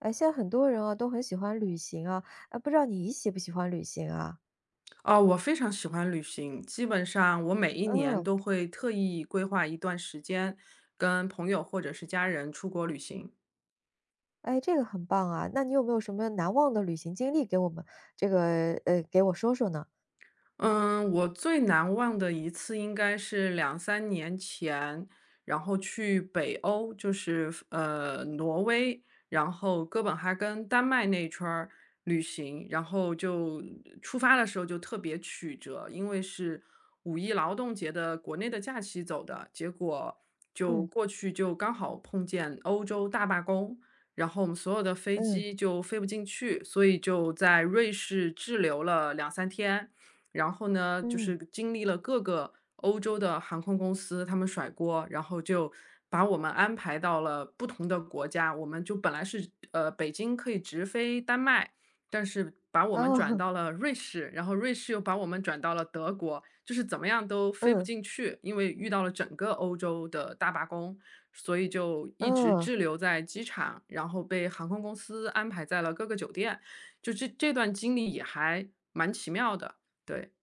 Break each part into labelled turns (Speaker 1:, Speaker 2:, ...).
Speaker 1: 哎，现在很多人啊都很喜欢旅行啊，啊，不知道你喜不喜欢旅行啊？
Speaker 2: 哦，我非常喜欢旅行，基本上我每一年
Speaker 1: 嗯，
Speaker 2: 都会特意规划一段时间，跟朋友或者是家人出国旅行。
Speaker 1: 哎，这个很棒啊。那你有没有什么难忘的旅行经历给我们这个给我说说呢？
Speaker 2: 嗯，我最难忘的一次应该是两三年前，然后去北欧，就是挪威，然后哥本哈根、丹麦那一圈儿旅行。然后就出发的时候就特别曲折，因为是五一劳动节的国内的假期走的，结果就
Speaker 1: 嗯
Speaker 2: 过去就刚好碰见欧洲大罢工，然后我们所有的飞
Speaker 1: 嗯
Speaker 2: 机就飞不进去，所以就在瑞士滞留了两三天。然后呢，就
Speaker 1: 嗯，
Speaker 2: 是经历了各个欧洲的航空公司，他们甩锅，然后就把我们安排到了不同的国家。我们就本来是北京可以直飞丹麦，但是把我们转
Speaker 1: 哦，
Speaker 2: 到 了瑞士，然后瑞士又把我们转到了德国，就是怎么样都飞不
Speaker 1: 嗯
Speaker 2: 进去，因为遇到了整个欧洲的大罢工，所以就一直
Speaker 1: 嗯
Speaker 2: 滞留在机场，然后被航空公司安排在了各个酒店。就这段经历也还蛮奇妙的。对，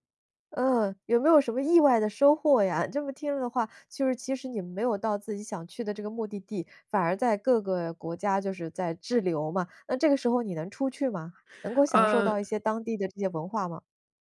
Speaker 1: 嗯，有没有什么意外的收获呀？这么听了的话，就是其实你们没有到自己想去的这个目的地，反而在各个国家就是在滞留嘛。那这个时候你能出去吗？能够享受
Speaker 2: 呃，
Speaker 1: 到一些当地的这些文化吗？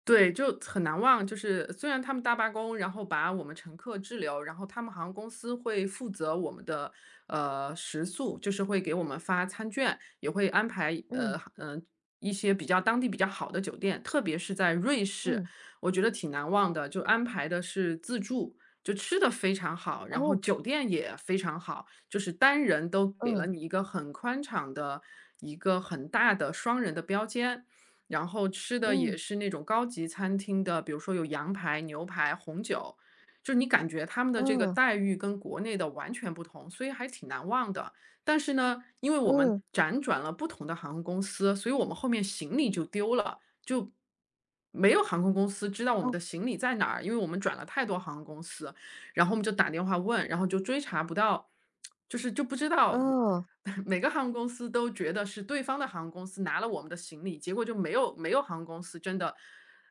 Speaker 2: 对，就很难忘。就是虽然他们大罢工，然后把我们乘客滞留，然后他们航空公司会负责我们的食宿，就是会给我们发餐券，也会安排
Speaker 1: 嗯
Speaker 2: 一些比较当地比较好的酒店，特别是在瑞士，
Speaker 1: 嗯，
Speaker 2: 我觉得挺难忘的。就安排的是自助，就吃的非常好，然后
Speaker 1: 哦。
Speaker 2: 酒店也非常好，就是单人都给了
Speaker 1: 嗯，
Speaker 2: 你一个很宽敞的一个很大的双人的标间。然后吃的也
Speaker 1: 嗯，
Speaker 2: 是那种高级餐厅的，比如说有羊排、牛排、红酒，就是你感觉他们的这个
Speaker 1: 嗯，
Speaker 2: 待遇跟国内的完全不同，所以还挺难忘的。但是呢，因为我们
Speaker 1: 嗯，
Speaker 2: 辗转了不同的航空公司，所以我们后面行李就丢了，就没有航空公司知道我们
Speaker 1: 哦，
Speaker 2: 的行李在哪儿，因为我们转了太多航空公司。然后我们就打电话问，然后就追查不到，就不知道
Speaker 1: 哦，
Speaker 2: 每个航空公司都觉得是对方的航空公司拿了我们的行李，结果就没有航空公司真的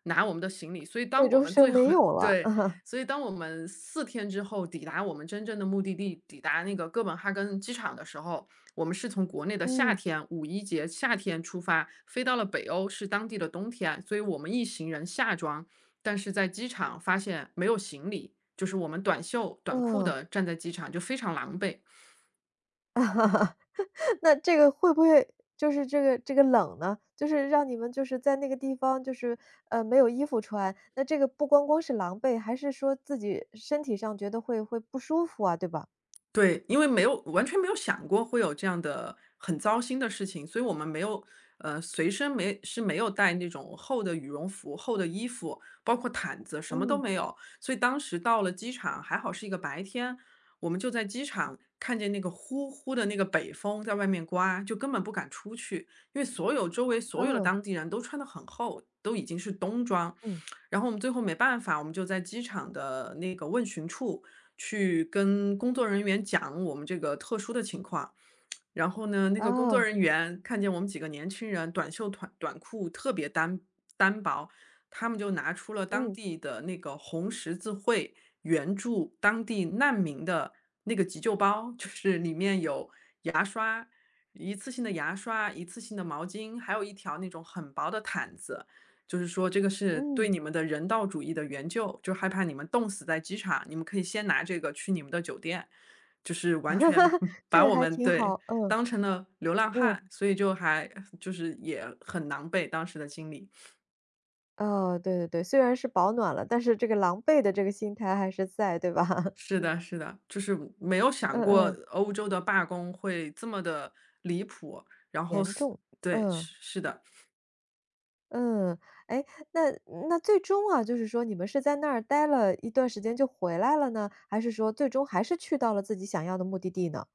Speaker 2: 拿我们的行李。所以
Speaker 1: 最
Speaker 2: 当我
Speaker 1: 终
Speaker 2: 们
Speaker 1: 是
Speaker 2: 最
Speaker 1: 没
Speaker 2: 后
Speaker 1: 有 了。
Speaker 2: 对，所以当我们四天之后抵达我们真正的目的地，抵达那个哥本哈根机场的时候，我们是从国内的夏
Speaker 1: 嗯，
Speaker 2: 天五一节夏天出发，飞到了北欧，是当地的冬天，所以我们一行人夏装，但是在机场发现没有行李。就是我们短袖短裤
Speaker 1: 嗯，
Speaker 2: 的站在机场就非常狼狈。
Speaker 1: 那这个会不会就是这个冷呢，就是让你们就是在那个地方就是，没有衣服穿，那这个不光光是狼狈，还是说自己身体上觉得会不舒服啊，对吧？
Speaker 2: 对，因为没有完全没有想过会有这样的很糟心的事情，所以我们没有，随身没有带那种厚的羽绒服、厚的衣服，包括毯子，什么都
Speaker 1: 嗯，
Speaker 2: 没有。所以当时到了机场，还好是一个白天，我们就在机场看见那个呼呼的那个北风在外面刮，就根本不敢出去，因为所有周围所有的
Speaker 1: 哦，
Speaker 2: 当地人都穿得很厚，都已经是冬装。
Speaker 1: 嗯，
Speaker 2: 然后我们最后没办法，我们就在机场的那个问询处。去跟工作人员讲我们这个特殊的情况。然后呢，那个工作
Speaker 1: 啊
Speaker 2: 人员看见我们几个年轻人短袖短裤特别单薄，他们就拿出了当
Speaker 1: 嗯，
Speaker 2: 地的那个红十字会援助当地难民的那个急救包，就是里面有牙刷、一次性的牙刷、一次性的毛巾，还有一条那种很薄的毯子。就是说这个是
Speaker 1: 嗯，
Speaker 2: 对你们的人道主义的援救，就害怕你们冻死在机场，你们可以先拿这个去你们的酒店，就是完全
Speaker 1: 这
Speaker 2: 把
Speaker 1: 个
Speaker 2: 我
Speaker 1: 还
Speaker 2: 们
Speaker 1: 挺
Speaker 2: 对
Speaker 1: 好，嗯，
Speaker 2: 当成了流浪
Speaker 1: 嗯，
Speaker 2: 汉，所以就还就是也很狼狈当时的经历。
Speaker 1: 哦，对对对，虽然是保暖了，但是这个狼狈的这个心态还是在，对吧？
Speaker 2: 是的，是的，就是没有想
Speaker 1: 嗯
Speaker 2: 过
Speaker 1: 嗯，
Speaker 2: 欧洲的罢工会这么的离谱，然后
Speaker 1: 严
Speaker 2: 是，
Speaker 1: 重，
Speaker 2: 对，
Speaker 1: 嗯
Speaker 2: 是是的。
Speaker 1: 嗯，哎，那那最终啊，就是说你们是在那儿待了一段时间就回来了呢，还是说最终还是去到了自己想要的目的地呢？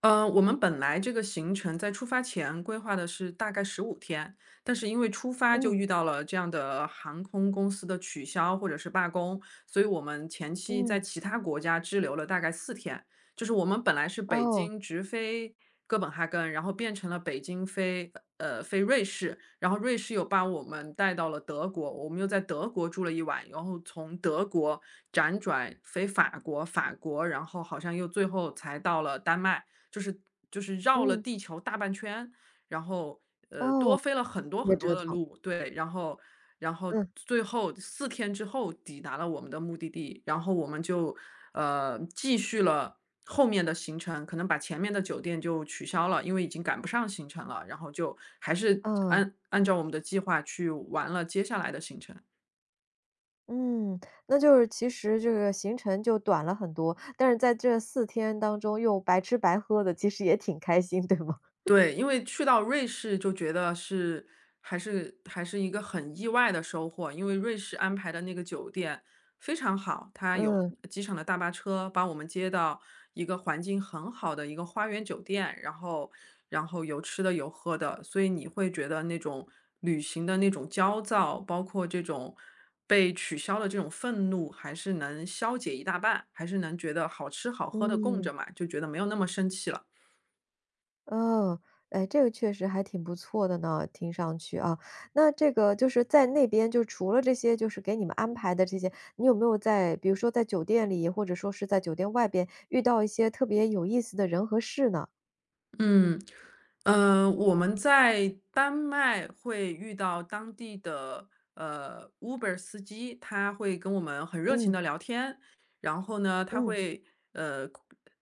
Speaker 2: 我们本来这个行程在出发前规划的是大概15天，但是因为出发就
Speaker 1: 嗯
Speaker 2: 遇到了这样的航空公司的取消或者是罢工，所以我们前期在
Speaker 1: 嗯，
Speaker 2: 其他国家滞留了大概四天。就是我们本来是北
Speaker 1: 哦，
Speaker 2: 京直飞哥本哈根，然后变成了北京飞瑞士，然后瑞士又把我们带到了德国，我们又在德国住了一晚，然后从德国辗转飞法国，然后好像又最后才到了丹麦。就是就是绕了
Speaker 1: 嗯
Speaker 2: 地球大半圈，然后多
Speaker 1: 哦，
Speaker 2: 飞了很多
Speaker 1: 别
Speaker 2: 很多
Speaker 1: 折
Speaker 2: 的
Speaker 1: 腾，
Speaker 2: 路，对，然后然后
Speaker 1: 嗯
Speaker 2: 最后四天之后抵达了我们的目的地，然后我们就继续了后面的行程，可能把前面的酒店就取消了，因为已经赶不上行程了，然后就还是
Speaker 1: 嗯
Speaker 2: 按照我们的计划去玩了接下来的行程。
Speaker 1: 嗯，那就是其实这个行程就短了很多，但是在这四天当中又白吃白喝的，其实也挺开心，对吗？
Speaker 2: 对，因为去到瑞士就觉得是还是一个很意外的收获，因为瑞士安排的那个酒店非常好，它有
Speaker 1: 嗯
Speaker 2: 机场的大巴车把我们接到一个环境很好的一个花园酒店，然后有吃的有喝的，所以你会觉得那种旅行的那种焦躁，包括这种被取消的这种愤怒，还是能消解一大半，还是能觉得好吃好喝的供
Speaker 1: 嗯。
Speaker 2: 着嘛，就觉得没有那么生气了。
Speaker 1: 哦，哎，这个确实还挺不错的呢，听上去啊。那这个就是在那边，就除了这些，就是给你们安排的这些，你有没有在，比如说在酒店里，或者说是在酒店外边遇到一些特别有意思的人和事呢？
Speaker 2: 嗯，我们在丹麦会遇到当地的Uber 司机，他会跟我们很热情
Speaker 1: 嗯
Speaker 2: 的聊天，然后呢，
Speaker 1: 嗯，
Speaker 2: 呃，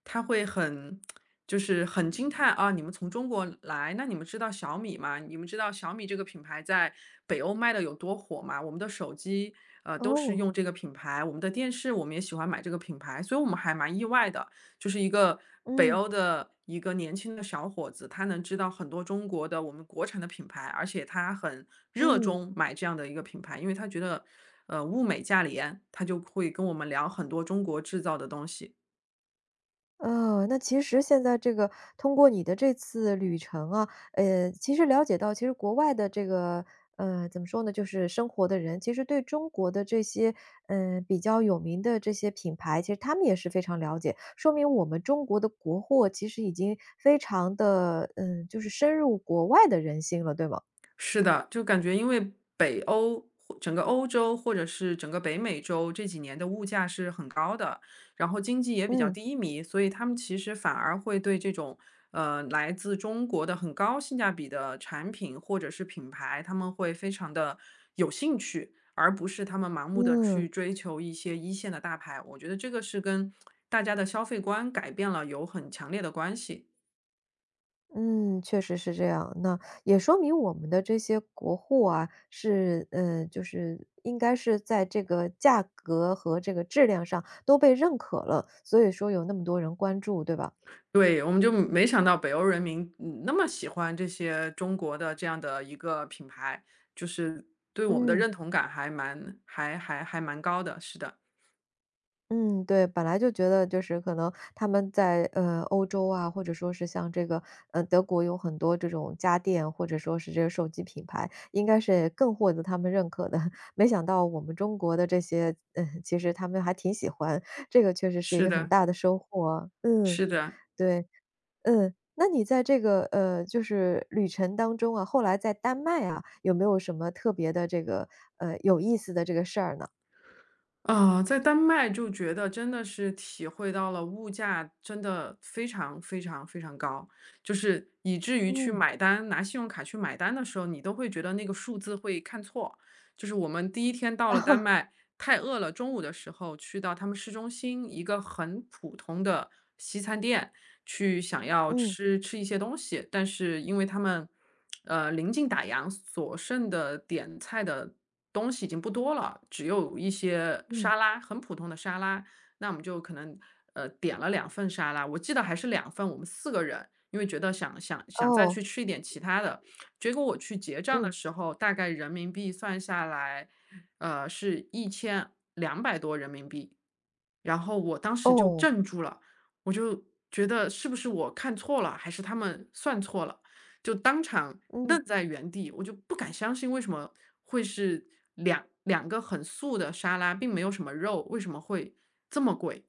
Speaker 2: 他会很就是很惊叹啊，你们从中国来，那你们知道小米吗？你们知道小米这个品牌在北欧卖的有多火吗？我们的手机都是
Speaker 1: 哦，
Speaker 2: 用这个品牌，我们的电视我们也喜欢买这个品牌，所以我们还蛮意外的。就是一个北
Speaker 1: 嗯
Speaker 2: 欧的一个年轻的小伙子，他能知道很多中国的我们国产的品牌，而且他很热
Speaker 1: 嗯。
Speaker 2: 衷买这样的一个品牌，因为他觉得，物美价廉，他就会跟我们聊很多中国制造的东西。
Speaker 1: 哦，那其实现在这个通过你的这次旅程啊，其实了解到其实国外的这个，怎么说呢，就是生活的人，其实对中国的这些，比较有名的这些品牌，其实他们也是非常了解，说明我们中国的国货其实已经非常的，就是深入国外的人心了，对吗？
Speaker 2: 是的，就感觉因为北欧或整个欧洲或者是整个北美洲这几年的物价是很高的，然后经济也比较
Speaker 1: 嗯
Speaker 2: 低迷，所以他们其实反而会对这种来自中国的很高性价比的产品或者是品牌，他们会非常的有兴趣，而不是他们盲目的
Speaker 1: 嗯。
Speaker 2: 去追求一些一线的大牌。我觉得这个是跟大家的消费观改变了有很强烈的关系。
Speaker 1: 嗯，确实是这样。那也说明我们的这些国货啊，是就是应该是在这个价格和这个质量上都被认可了，所以说有那么多人关注，对吧？
Speaker 2: 对，我们就没想到北欧人民，嗯，那么喜欢这些中国的这样的一个品牌，就是对我们的
Speaker 1: 嗯。
Speaker 2: 认同感还蛮高的，是的，
Speaker 1: 嗯，对，本来就觉得就是可能他们在欧洲啊，或者说是像这个德国有很多这种家电，或者说是这个手机品牌，应该是更获得他们认可的。没想到我们中国的这些，嗯，其实他们还挺喜欢，这个确实是一
Speaker 2: 是
Speaker 1: 个很
Speaker 2: 的，
Speaker 1: 大的收获啊嗯，
Speaker 2: 是的。
Speaker 1: 对，嗯，那你在这个就是旅程当中啊，后来在丹麦啊，有没有什么特别的这个有意思的这个事儿呢？
Speaker 2: 啊，在丹麦就觉得真的是体会到了物价真的非常非常非常高，就是以至于去
Speaker 1: 嗯，
Speaker 2: 买单，拿信用卡去买单的时候，你都会觉得那个数字会看错。就是我们第一天到 了丹
Speaker 1: 哦，
Speaker 2: 麦，太饿了，中午的时候去到他们市中心一个很普通的西餐店，去想要
Speaker 1: 嗯
Speaker 2: 吃吃一些东西，但是因为他们，临近打烊，所剩的点菜的东西已经不多了，只有一些
Speaker 1: 嗯，
Speaker 2: 沙拉，很普通的沙拉。那我们就可能点了两份沙拉，我记得还是两份，我们4个人，因为觉得想想再
Speaker 1: 哦。
Speaker 2: 去吃一点其他的，结果我去结账的
Speaker 1: 嗯，
Speaker 2: 时候，大概人民币算下来，是1200多人民币。然后我当时就
Speaker 1: 哦，
Speaker 2: 怔住了，我就觉得是不是我看错了，还是他们算错了，就当场
Speaker 1: 嗯，
Speaker 2: 愣在原地，我就不敢相信为什么会是两个很素的沙拉，并没有什么肉，为什么会这么贵？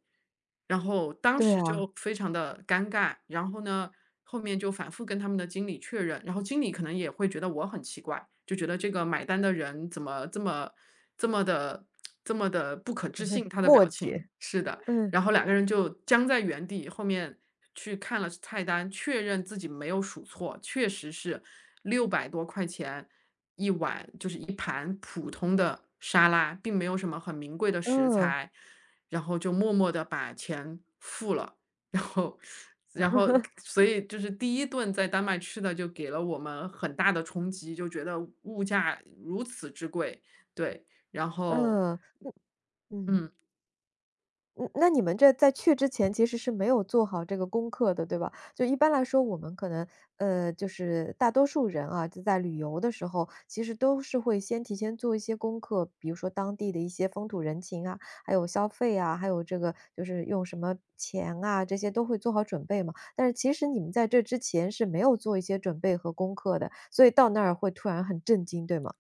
Speaker 2: 然后当
Speaker 1: 对
Speaker 2: 时
Speaker 1: 啊，
Speaker 2: 就非常的尴尬，然后呢，后面就反复跟他们的经理确认，然后经理可能也会觉得我很奇怪，就觉得这个买单的人怎么这么的 这么的不可置信，他的
Speaker 1: 墨
Speaker 2: 表
Speaker 1: 迹，
Speaker 2: 情，是的，
Speaker 1: 嗯，
Speaker 2: 然后2个人就僵在原地，后面去看了菜单，确认自己没有数错，确实是600多块钱一碗，就是一盘普通的沙拉，并没有什么很名贵的食
Speaker 1: 嗯，
Speaker 2: 材，然后就默默地把钱付了。然后然后所以就是第一顿在丹麦吃的就给了我们很大的冲击，就觉得物价如此之贵，对，然后
Speaker 1: 嗯，嗯。
Speaker 2: 嗯。
Speaker 1: 嗯，那你们这在去之前其实是没有做好这个功课的，对吧？就一般来说，我们可能，就是大多数人啊，就在旅游的时候，其实都是会先提前做一些功课，比如说当地的一些风土人情啊，还有消费啊，还有这个就是用什么钱啊，这些都会做好准备嘛。但是其实你们在这之前是没有做一些准备和功课的，所以到那儿会突然很震惊，对吗？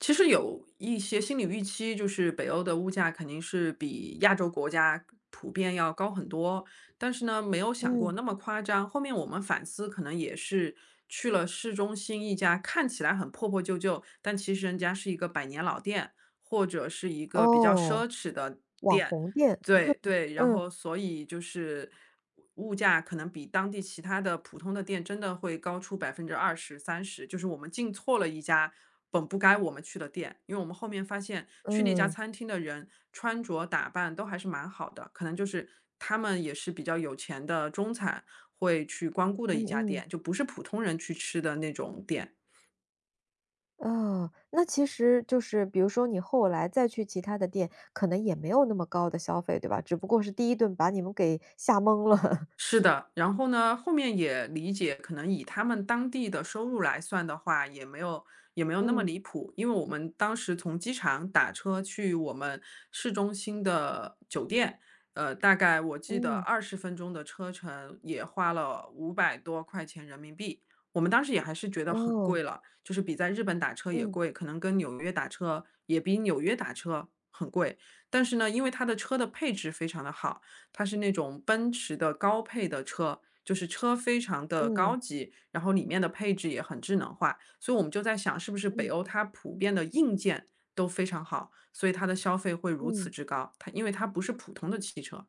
Speaker 2: 其实有一些心理预期，就是北欧的物价肯定是比亚洲国家普遍要高很多，但是呢，没有想过
Speaker 1: 嗯，
Speaker 2: 那么夸张。后面我们反思，可能也是去了市中心一家看起来很破破旧旧，但其实人家是一个百年老店，或者是一个比较
Speaker 1: 哦，
Speaker 2: 奢侈的
Speaker 1: 网
Speaker 2: 店。
Speaker 1: 红店，
Speaker 2: 对对，然
Speaker 1: 嗯
Speaker 2: 后所以就是物价可能比当地其他的普通的店真的会高出20%~30%，就是我们进错了一家本不该我们去的店，因为我们后面发现去那家
Speaker 1: 嗯
Speaker 2: 餐厅的人穿着打扮都还是蛮好的，可能就是他们也是比较有钱的中产会去光顾的
Speaker 1: 嗯
Speaker 2: 一家
Speaker 1: 嗯。
Speaker 2: 店，就不是普通人去吃的那种店。
Speaker 1: 哦，那其实就是比如说你后来再去其他的店，可能也没有那么高的消费，对吧？只不过是第一顿把你们给 吓懵了。
Speaker 2: 是的，然后呢，后面也理解，可能以他们当地的收入来算的话，也没有那么
Speaker 1: 嗯
Speaker 2: 离谱，因为我们当时从机场打车去我们市中心的酒店，大概我记得
Speaker 1: 嗯，
Speaker 2: 20分钟的车程，也花了500多块钱人民币。我们当时也还是觉得很
Speaker 1: 哦，
Speaker 2: 贵了，就是比在日本打车也
Speaker 1: 嗯
Speaker 2: 贵，可能跟纽约打车也比纽约打车很贵。但是呢，因为它的车的配置非常的好，它是那种奔驰的高配的车，就是车非常的
Speaker 1: 嗯
Speaker 2: 高级，然后里面的配置也很智能化。所以我们就在想，是不是北
Speaker 1: 嗯
Speaker 2: 欧它普遍的硬件都非常好，所以它的消费会如此
Speaker 1: 嗯，
Speaker 2: 之高？它因为它不是普通的汽车。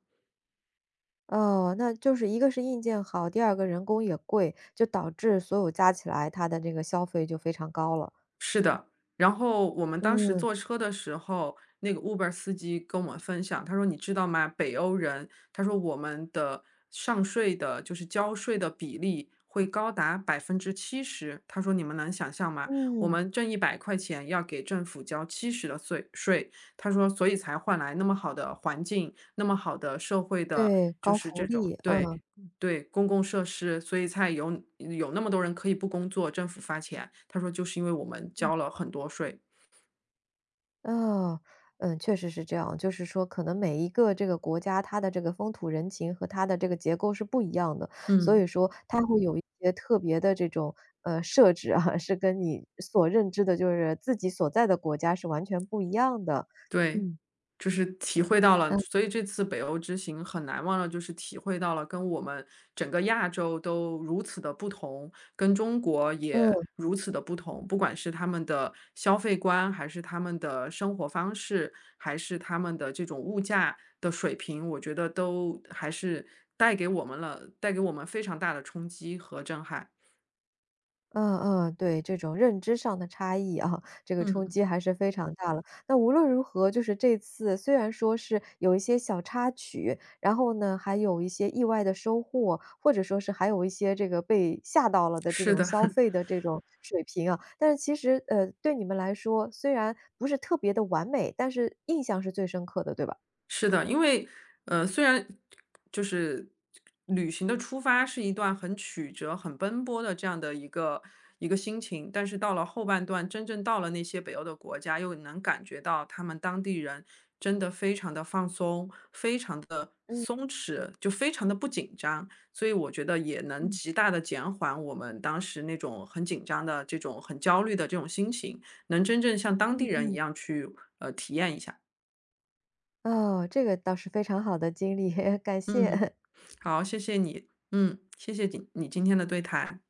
Speaker 1: 哦，那就是一个是硬件好，第二个人工也贵，就导致所有加起来它的这个消费就非常高了。
Speaker 2: 是的，然后我们当时
Speaker 1: 嗯
Speaker 2: 坐车的时候，那个 Uber 司机跟我们分享，他说：“你知道吗？北欧人，他说我们的上税的，就是交税的比例会高达70%。他说你们能想象吗？我
Speaker 1: 嗯，
Speaker 2: 们挣100块钱要给政府交七十的税。他说，所以才换来那么好的环境，那么好的社会的，
Speaker 1: 对，
Speaker 2: 就
Speaker 1: 高
Speaker 2: 是
Speaker 1: 福
Speaker 2: 这
Speaker 1: 利，
Speaker 2: 种对。
Speaker 1: 嗯。
Speaker 2: 对，公共设施，所以才有那么多人可以不工作，政府发钱。他说就是因为我们交了很多税。
Speaker 1: 啊，嗯，确实是这样。就是说可能每一个这个国家，它的这个风土人情和它的这个结构是不一样的，所
Speaker 2: 嗯。
Speaker 1: 以说它会有一些特别的这种，设置啊，是跟你所认知的就是自己所在的国家是完全不一样的。
Speaker 2: 对，
Speaker 1: 嗯，
Speaker 2: 就是体会到了，
Speaker 1: 嗯，
Speaker 2: 所以这次北欧之行很难忘了，就是体会到了跟我们整个亚洲都如此的不同，跟中国也
Speaker 1: 嗯。
Speaker 2: 如此的不同。不管是他们的消费观，还是他们的生活方式，还是他们的这种物价的水平，我觉得都还是带给我们非常大的冲击和震撼。
Speaker 1: 嗯嗯，对，这种认知上的差异啊，这个冲
Speaker 2: 嗯，
Speaker 1: 击还是非常大了。那无论如何，就是这次虽然说是有一些小插曲，然后呢，还有一些意外的收获，或者说是还有一些这个被吓到了的这
Speaker 2: 是
Speaker 1: 种
Speaker 2: 的。
Speaker 1: 消 费的这种水平啊，但是其实对你们来说，虽然不是特别的完美，但是印象是最深刻的，对吧？
Speaker 2: 是的，因为，虽然就是旅行的出发是一段很曲折、很奔波的这样的一个心情，但是到了后半段，真正到了那些北欧的国家，又能感觉到他们当地人真的非常的放松，非常的
Speaker 1: 嗯
Speaker 2: 松弛，就非常的不紧张。所以我觉得也能
Speaker 1: 嗯
Speaker 2: 极大的减缓我们当时那种很紧张的、这种很焦虑的这种心情，能真正像当地
Speaker 1: 嗯。
Speaker 2: 人一样去，体验一下。
Speaker 1: 哦，这个倒是非常好的经历，感
Speaker 2: 嗯。
Speaker 1: 谢。
Speaker 2: 好，谢谢你，嗯，谢谢你今天的对谈。